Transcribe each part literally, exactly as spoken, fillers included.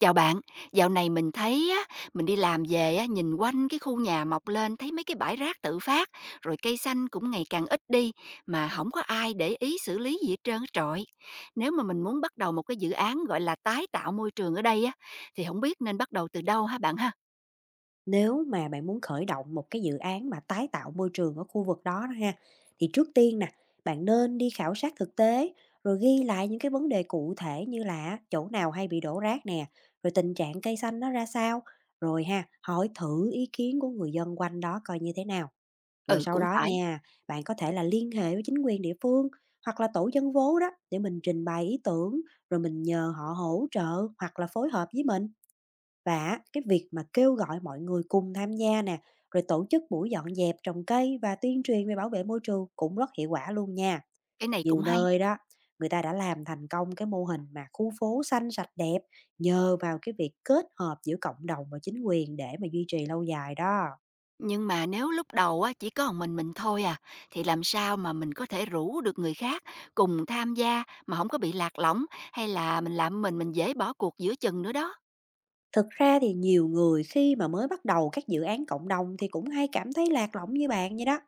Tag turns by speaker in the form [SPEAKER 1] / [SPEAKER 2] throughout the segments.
[SPEAKER 1] Chào bạn, dạo này mình thấy á, mình đi làm về á, nhìn quanh cái khu nhà mọc lên thấy mấy cái bãi rác tự phát, rồi cây xanh cũng ngày càng ít đi mà không có ai để ý xử lý gì hết trơn á trọi. Nếu mà mình muốn bắt đầu một cái dự án gọi là tái tạo môi trường ở đây á, thì không biết nên bắt đầu từ đâu hả bạn ha?
[SPEAKER 2] Nếu mà bạn muốn khởi động một cái dự án mà tái tạo môi trường ở khu vực đó đó ha, thì trước tiên nè, bạn nên đi khảo sát thực tế, rồi ghi lại những cái vấn đề cụ thể như là chỗ nào hay bị đổ rác nè, rồi tình trạng cây xanh nó ra sao, rồi ha, hỏi thử ý kiến của người dân quanh đó coi như thế nào. Rồi
[SPEAKER 1] Ừ
[SPEAKER 2] sau
[SPEAKER 1] cũng
[SPEAKER 2] đó
[SPEAKER 1] phải,
[SPEAKER 2] nha, bạn có thể là liên hệ với chính quyền địa phương hoặc là tổ dân phố đó để mình trình bày ý tưởng, rồi mình nhờ họ hỗ trợ hoặc là phối hợp với mình. Và cái việc mà kêu gọi mọi người cùng tham gia nè, rồi tổ chức buổi dọn dẹp, trồng cây và tuyên truyền về bảo vệ môi trường cũng rất hiệu quả luôn nha.
[SPEAKER 1] cái này cũng
[SPEAKER 2] Nhiều
[SPEAKER 1] hay.
[SPEAKER 2] nơi đó, người ta đã làm thành công cái mô hình mà khu phố xanh sạch đẹp nhờ vào cái việc kết hợp giữa cộng đồng và chính quyền để mà duy trì lâu dài đó.
[SPEAKER 1] Nhưng mà nếu lúc đầu á, chỉ có một mình mình thôi à, thì làm sao mà mình có thể rủ được người khác cùng tham gia mà không có bị lạc lõng hay là mình làm mình mình dễ bỏ cuộc giữa chừng nữa đó.
[SPEAKER 2] Thực ra thì nhiều người khi mà mới bắt đầu các dự án cộng đồng thì cũng hay cảm thấy lạc lõng như bạn vậy đó.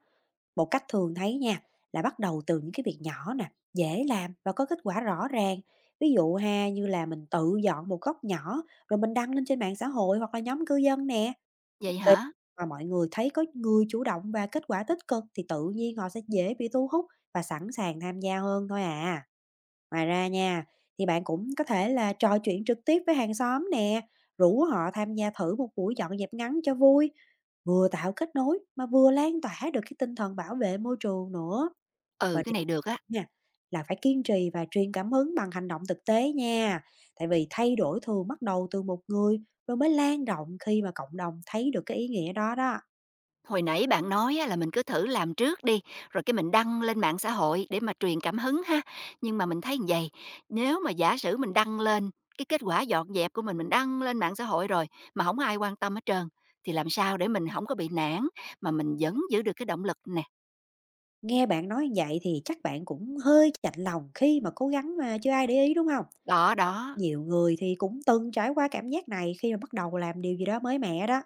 [SPEAKER 2] Một cách thường thấy nha, là bắt đầu từ những cái việc nhỏ nè, dễ làm và có kết quả rõ ràng. Ví dụ ha, như là mình tự dọn một góc nhỏ rồi mình đăng lên trên mạng xã hội hoặc là nhóm cư dân nè.
[SPEAKER 1] Vậy
[SPEAKER 2] Khi
[SPEAKER 1] hả?
[SPEAKER 2] mà mọi người thấy có người chủ động và kết quả tích cực thì tự nhiên họ sẽ dễ bị thu hút và sẵn sàng tham gia hơn thôi à. Ngoài ra nha, thì bạn cũng có thể là trò chuyện trực tiếp với hàng xóm nè, rủ họ tham gia thử một buổi dọn dẹp ngắn cho vui, vừa tạo kết nối mà vừa lan tỏa được cái tinh thần bảo vệ môi trường nữa.
[SPEAKER 1] Ừ,
[SPEAKER 2] Và
[SPEAKER 1] cái
[SPEAKER 2] điều
[SPEAKER 1] này được á.
[SPEAKER 2] nữa nha, là phải kiên trì và truyền cảm hứng bằng hành động thực tế nha. Tại vì thay đổi thường bắt đầu từ một người rồi mới lan rộng khi mà cộng đồng thấy được cái ý nghĩa đó đó.
[SPEAKER 1] Hồi nãy bạn nói á, là mình cứ thử làm trước đi, rồi cái mình đăng lên mạng xã hội để mà truyền cảm hứng ha. Nhưng mà mình thấy như vậy nếu mà giả sử mình đăng lên, cái kết quả dọn dẹp của mình mình đăng lên mạng xã hội rồi mà không ai quan tâm hết trơn, thì làm sao để mình không có bị nản mà mình vẫn giữ được cái động lực nè.
[SPEAKER 2] Nghe bạn nói như vậy thì chắc bạn cũng hơi chạnh lòng khi mà cố gắng mà chưa ai để ý đúng không?
[SPEAKER 1] Đó, đó,
[SPEAKER 2] Nhiều người thì cũng từng trải qua cảm giác này khi mà bắt đầu làm điều gì đó mới mẻ đó.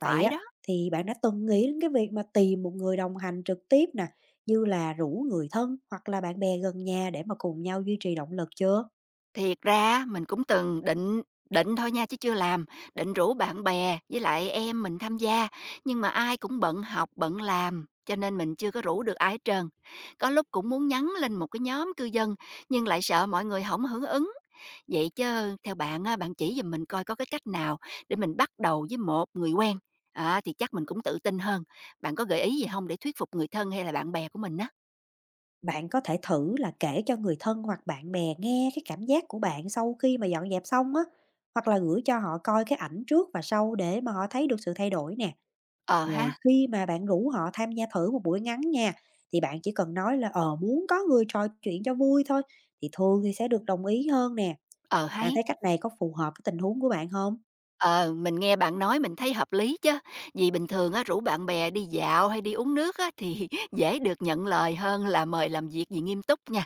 [SPEAKER 2] Vậy á,
[SPEAKER 1] đó.
[SPEAKER 2] thì bạn đã từng nghĩ đến cái việc mà tìm một người đồng hành trực tiếp nè, như là rủ người thân hoặc là bạn bè gần nhà để mà cùng nhau duy trì động lực chưa?
[SPEAKER 1] Thiệt ra mình cũng từng định định thôi nha chứ chưa làm, định rủ bạn bè với lại em mình tham gia, nhưng mà ai cũng bận học, bận làm, cho nên mình chưa có rủ được ai hết trơn. Có lúc cũng muốn nhắn lên một cái nhóm cư dân, nhưng lại sợ mọi người không hưởng ứng. Vậy chứ theo bạn á, bạn chỉ giùm mình coi có cái cách nào để mình bắt đầu với một người quen, á, thì chắc mình cũng tự tin hơn. Bạn có gợi ý gì không để thuyết phục người thân hay là bạn bè của mình á?
[SPEAKER 2] Bạn có thể thử là kể cho người thân hoặc bạn bè nghe cái cảm giác của bạn sau khi mà dọn dẹp xong á, hoặc là gửi cho họ coi cái ảnh trước và sau để mà họ thấy được sự thay đổi nè.
[SPEAKER 1] Ờ
[SPEAKER 2] Rồi
[SPEAKER 1] ha,
[SPEAKER 2] khi mà bạn rủ họ tham gia thử một buổi ngắn nha, thì bạn chỉ cần nói là, ờ, muốn có người trò chuyện cho vui thôi, thì thường thì sẽ được đồng ý hơn nè.
[SPEAKER 1] ờ,
[SPEAKER 2] Bạn
[SPEAKER 1] hay.
[SPEAKER 2] thấy cách này có phù hợp với tình huống của bạn không?
[SPEAKER 1] Ờ, mình nghe bạn nói mình thấy hợp lý chứ vì bình thường á, rủ bạn bè đi dạo hay đi uống nước á, thì dễ được nhận lời hơn là mời làm việc gì nghiêm túc nha.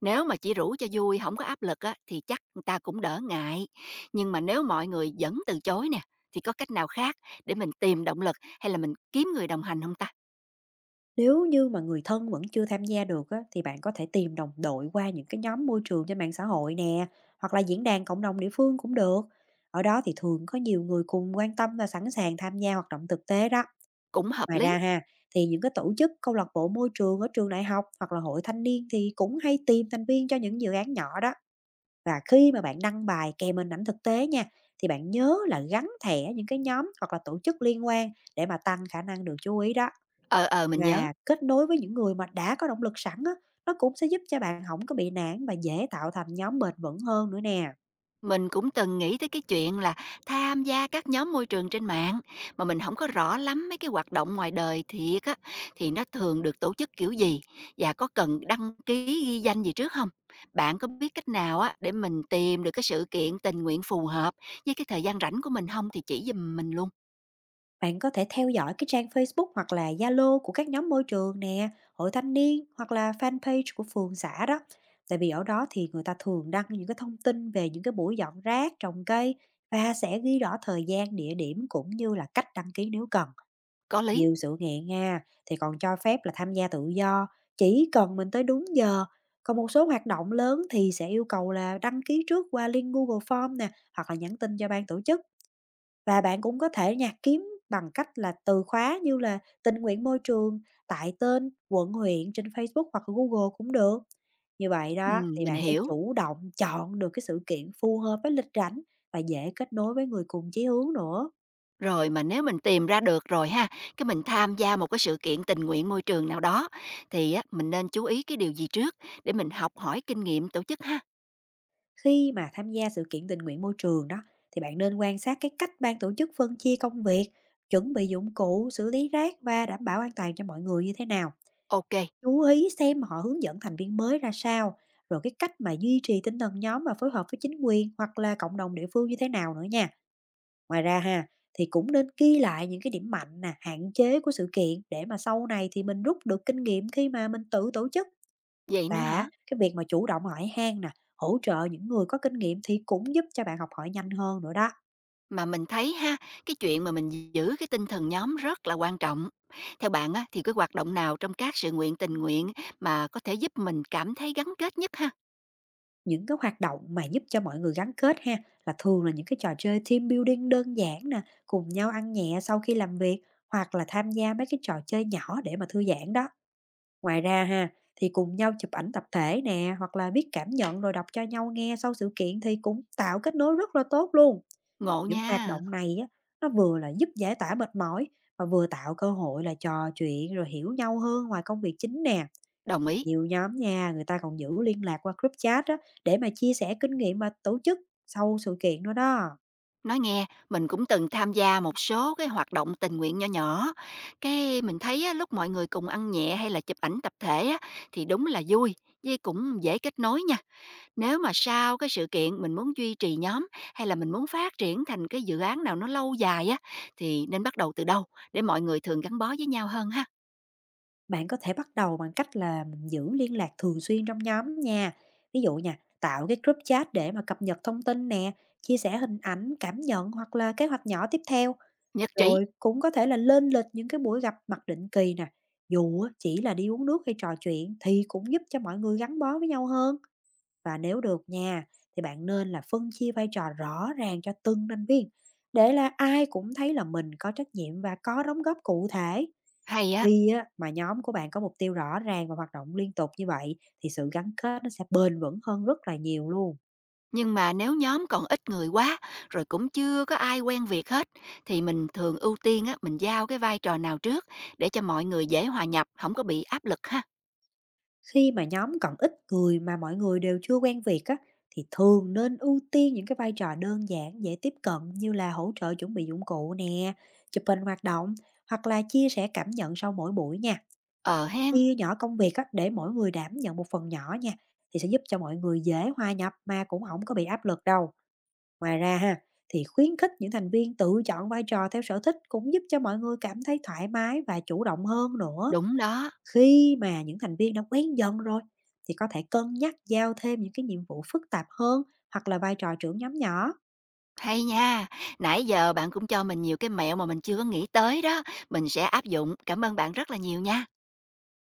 [SPEAKER 1] Nếu mà chỉ rủ cho vui, không có áp lực á, thì chắc người ta cũng đỡ ngại. Nhưng mà nếu mọi người vẫn từ chối nè, thì có cách nào khác để mình tìm động lực hay là mình kiếm người đồng hành không ta?
[SPEAKER 2] Nếu như mà người thân vẫn chưa tham gia được á, thì bạn có thể tìm đồng đội qua những cái nhóm môi trường trên mạng xã hội nè, hoặc là diễn đàn cộng đồng địa phương cũng được. Ở đó thì thường có nhiều người cùng quan tâm và sẵn sàng tham gia hoạt động thực tế đó.
[SPEAKER 1] Cũng hợp
[SPEAKER 2] Ngoài
[SPEAKER 1] lý.
[SPEAKER 2] ra ha, thì những cái tổ chức, câu lạc bộ môi trường ở trường đại học hoặc là hội thanh niên thì cũng hay tìm thành viên cho những dự án nhỏ đó. Và khi mà bạn đăng bài kèm hình ảnh thực tế nha, thì bạn nhớ là gắn thẻ những cái nhóm hoặc là tổ chức liên quan để mà tăng khả năng được chú ý đó.
[SPEAKER 1] Ờ, ờ, mình nhớ.
[SPEAKER 2] Và kết nối với những người mà đã có động lực sẵn á, nó cũng sẽ giúp cho bạn không có bị nản và dễ tạo thành nhóm bền vững hơn nữa nè.
[SPEAKER 1] Mình cũng từng nghĩ tới cái chuyện là tham gia các nhóm môi trường trên mạng mà mình không có rõ lắm mấy cái hoạt động ngoài đời thiệt á, thì nó thường được tổ chức kiểu gì và có cần đăng ký ghi danh gì trước không? Bạn có biết cách nào á để mình tìm được cái sự kiện tình nguyện phù hợp với cái thời gian rảnh của mình không thì chỉ giùm mình luôn.
[SPEAKER 2] Bạn có thể theo dõi cái trang Facebook hoặc là Zalo của các nhóm môi trường nè, hội thanh niên hoặc là fanpage của phường xã đó. Tại vì ở đó thì người ta thường đăng những cái thông tin về những cái buổi dọn rác, trồng cây và sẽ ghi rõ thời gian, địa điểm cũng như là cách đăng ký nếu cần.
[SPEAKER 1] Có lý.
[SPEAKER 2] Nhiều sự kiện nha, thì còn cho phép là tham gia tự do, chỉ cần mình tới đúng giờ. Còn một số hoạt động lớn thì sẽ yêu cầu là đăng ký trước qua link Google Form nè, hoặc là nhắn tin cho ban tổ chức, và bạn cũng có thể nha, kiếm bằng cách là từ khóa như là tình nguyện môi trường, tại tên, quận huyện trên Facebook hoặc là Google cũng được. Như vậy đó
[SPEAKER 1] Ừm,
[SPEAKER 2] thì
[SPEAKER 1] mình
[SPEAKER 2] bạn sẽ
[SPEAKER 1] hiểu.
[SPEAKER 2] chủ động chọn được cái sự kiện phù hợp với lịch rảnh và dễ kết nối với người cùng chí hướng nữa.
[SPEAKER 1] Rồi mà nếu mình tìm ra được rồi ha, cái mình tham gia một cái sự kiện tình nguyện môi trường nào đó, thì á, mình nên chú ý cái điều gì trước để mình học hỏi kinh nghiệm tổ chức ha?
[SPEAKER 2] Khi mà tham gia sự kiện tình nguyện môi trường đó thì bạn nên quan sát cái cách ban tổ chức phân chia công việc, chuẩn bị dụng cụ, xử lý rác và đảm bảo an toàn cho mọi người như thế nào.
[SPEAKER 1] OK.
[SPEAKER 2] Chú ý xem họ hướng dẫn thành viên mới ra sao, rồi cái cách mà duy trì tinh thần nhóm và phối hợp với chính quyền hoặc là cộng đồng địa phương như thế nào nữa nha. Ngoài ra ha, thì cũng nên ghi lại những cái điểm mạnh nè, hạn chế của sự kiện để mà sau này thì mình rút được kinh nghiệm khi mà mình tự tổ chức,
[SPEAKER 1] Vậy nữa hả?
[SPEAKER 2] và cái việc mà chủ động hỏi han nè, hỗ trợ những người có kinh nghiệm thì cũng giúp cho bạn học hỏi nhanh hơn nữa đó.
[SPEAKER 1] Mà mình thấy ha, cái chuyện mà mình giữ cái tinh thần nhóm rất là quan trọng. Theo bạn á, thì cái hoạt động nào trong các sự nguyện tình nguyện mà có thể giúp mình cảm thấy gắn kết nhất ha?
[SPEAKER 2] Những cái hoạt động mà giúp cho mọi người gắn kết ha, là thường là những cái trò chơi team building đơn giản nè, cùng nhau ăn nhẹ sau khi làm việc, hoặc là tham gia mấy cái trò chơi nhỏ để mà thư giãn đó. Ngoài ra ha, thì cùng nhau chụp ảnh tập thể nè, hoặc là viết cảm nhận rồi đọc cho nhau nghe sau sự kiện thì cũng tạo kết nối rất là tốt luôn.
[SPEAKER 1] Ngộ
[SPEAKER 2] Những hoạt
[SPEAKER 1] nha,
[SPEAKER 2] động này á, nó vừa là giúp giải tỏa mệt mỏi, và vừa tạo cơ hội là trò chuyện rồi hiểu nhau hơn ngoài công việc chính nè.
[SPEAKER 1] đồng ý.
[SPEAKER 2] Nhiều nhóm nha, người ta còn giữ liên lạc qua group chat đó để mà chia sẻ kinh nghiệm mà tổ chức sau sự kiện nữa đó.
[SPEAKER 1] Nói nghe, mình cũng từng tham gia một số cái hoạt động tình nguyện nhỏ nhỏ. Cái mình thấy á, lúc mọi người cùng ăn nhẹ hay là chụp ảnh tập thể á, thì đúng là vui, với cũng dễ kết nối nha. Nếu mà sau cái sự kiện mình muốn duy trì nhóm hay là mình muốn phát triển thành cái dự án nào nó lâu dài á, thì nên bắt đầu từ đâu để mọi người thường gắn bó với nhau hơn ha.
[SPEAKER 2] Bạn có thể bắt đầu bằng cách là mình giữ liên lạc thường xuyên trong nhóm nha. Ví dụ nha, tạo cái group chat để mà cập nhật thông tin nè, chia sẻ hình ảnh, cảm nhận hoặc là kế hoạch nhỏ tiếp theo.
[SPEAKER 1] Nhất trí,
[SPEAKER 2] Rồi cũng có thể là lên lịch những cái buổi gặp mặt định kỳ nè. Dù á, chỉ là đi uống nước hay trò chuyện thì cũng giúp cho mọi người gắn bó với nhau hơn. Và nếu được nha, thì bạn nên là phân chia vai trò rõ ràng cho từng thành viên để là ai cũng thấy là mình có trách nhiệm và có đóng góp cụ thể.
[SPEAKER 1] hay á.
[SPEAKER 2] Khi á, mà nhóm của bạn có mục tiêu rõ ràng và hoạt động liên tục như vậy thì sự gắn kết nó sẽ bền vững hơn rất là nhiều luôn.
[SPEAKER 1] Nhưng mà nếu nhóm còn ít người quá, rồi cũng chưa có ai quen việc hết, thì mình thường ưu tiên á, mình giao cái vai trò nào trước để cho mọi người dễ hòa nhập, không có bị áp lực ha.
[SPEAKER 2] Khi mà nhóm còn ít người mà mọi người đều chưa quen việc á, thì thường nên ưu tiên những cái vai trò đơn giản dễ tiếp cận như là hỗ trợ chuẩn bị dụng cụ nè, chụp hình hoạt động hoặc là chia sẻ cảm nhận sau mỗi buổi nha.
[SPEAKER 1] Ờ hen,
[SPEAKER 2] Chia nhỏ công việc á, để mỗi người đảm nhận một phần nhỏ nha, thì sẽ giúp cho mọi người dễ hòa nhập mà cũng không có bị áp lực đâu. Ngoài ra ha, thì khuyến khích những thành viên tự chọn vai trò theo sở thích cũng giúp cho mọi người cảm thấy thoải mái và chủ động hơn nữa.
[SPEAKER 1] đúng đó.
[SPEAKER 2] Khi mà những thành viên đã quen dần rồi, thì có thể cân nhắc giao thêm những cái nhiệm vụ phức tạp hơn hoặc là vai trò trưởng nhóm nhỏ.
[SPEAKER 1] Hay nha, nãy giờ bạn cũng cho mình nhiều cái mẹo mà mình chưa có nghĩ tới đó. Mình sẽ áp dụng. Cảm ơn bạn rất là nhiều nha.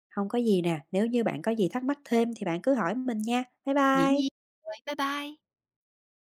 [SPEAKER 2] Không có gì nè, nếu như bạn có gì thắc mắc thêm thì bạn cứ hỏi mình nha. Bye
[SPEAKER 1] Dĩ nhiên.
[SPEAKER 2] bye.
[SPEAKER 1] Rồi, bye bye.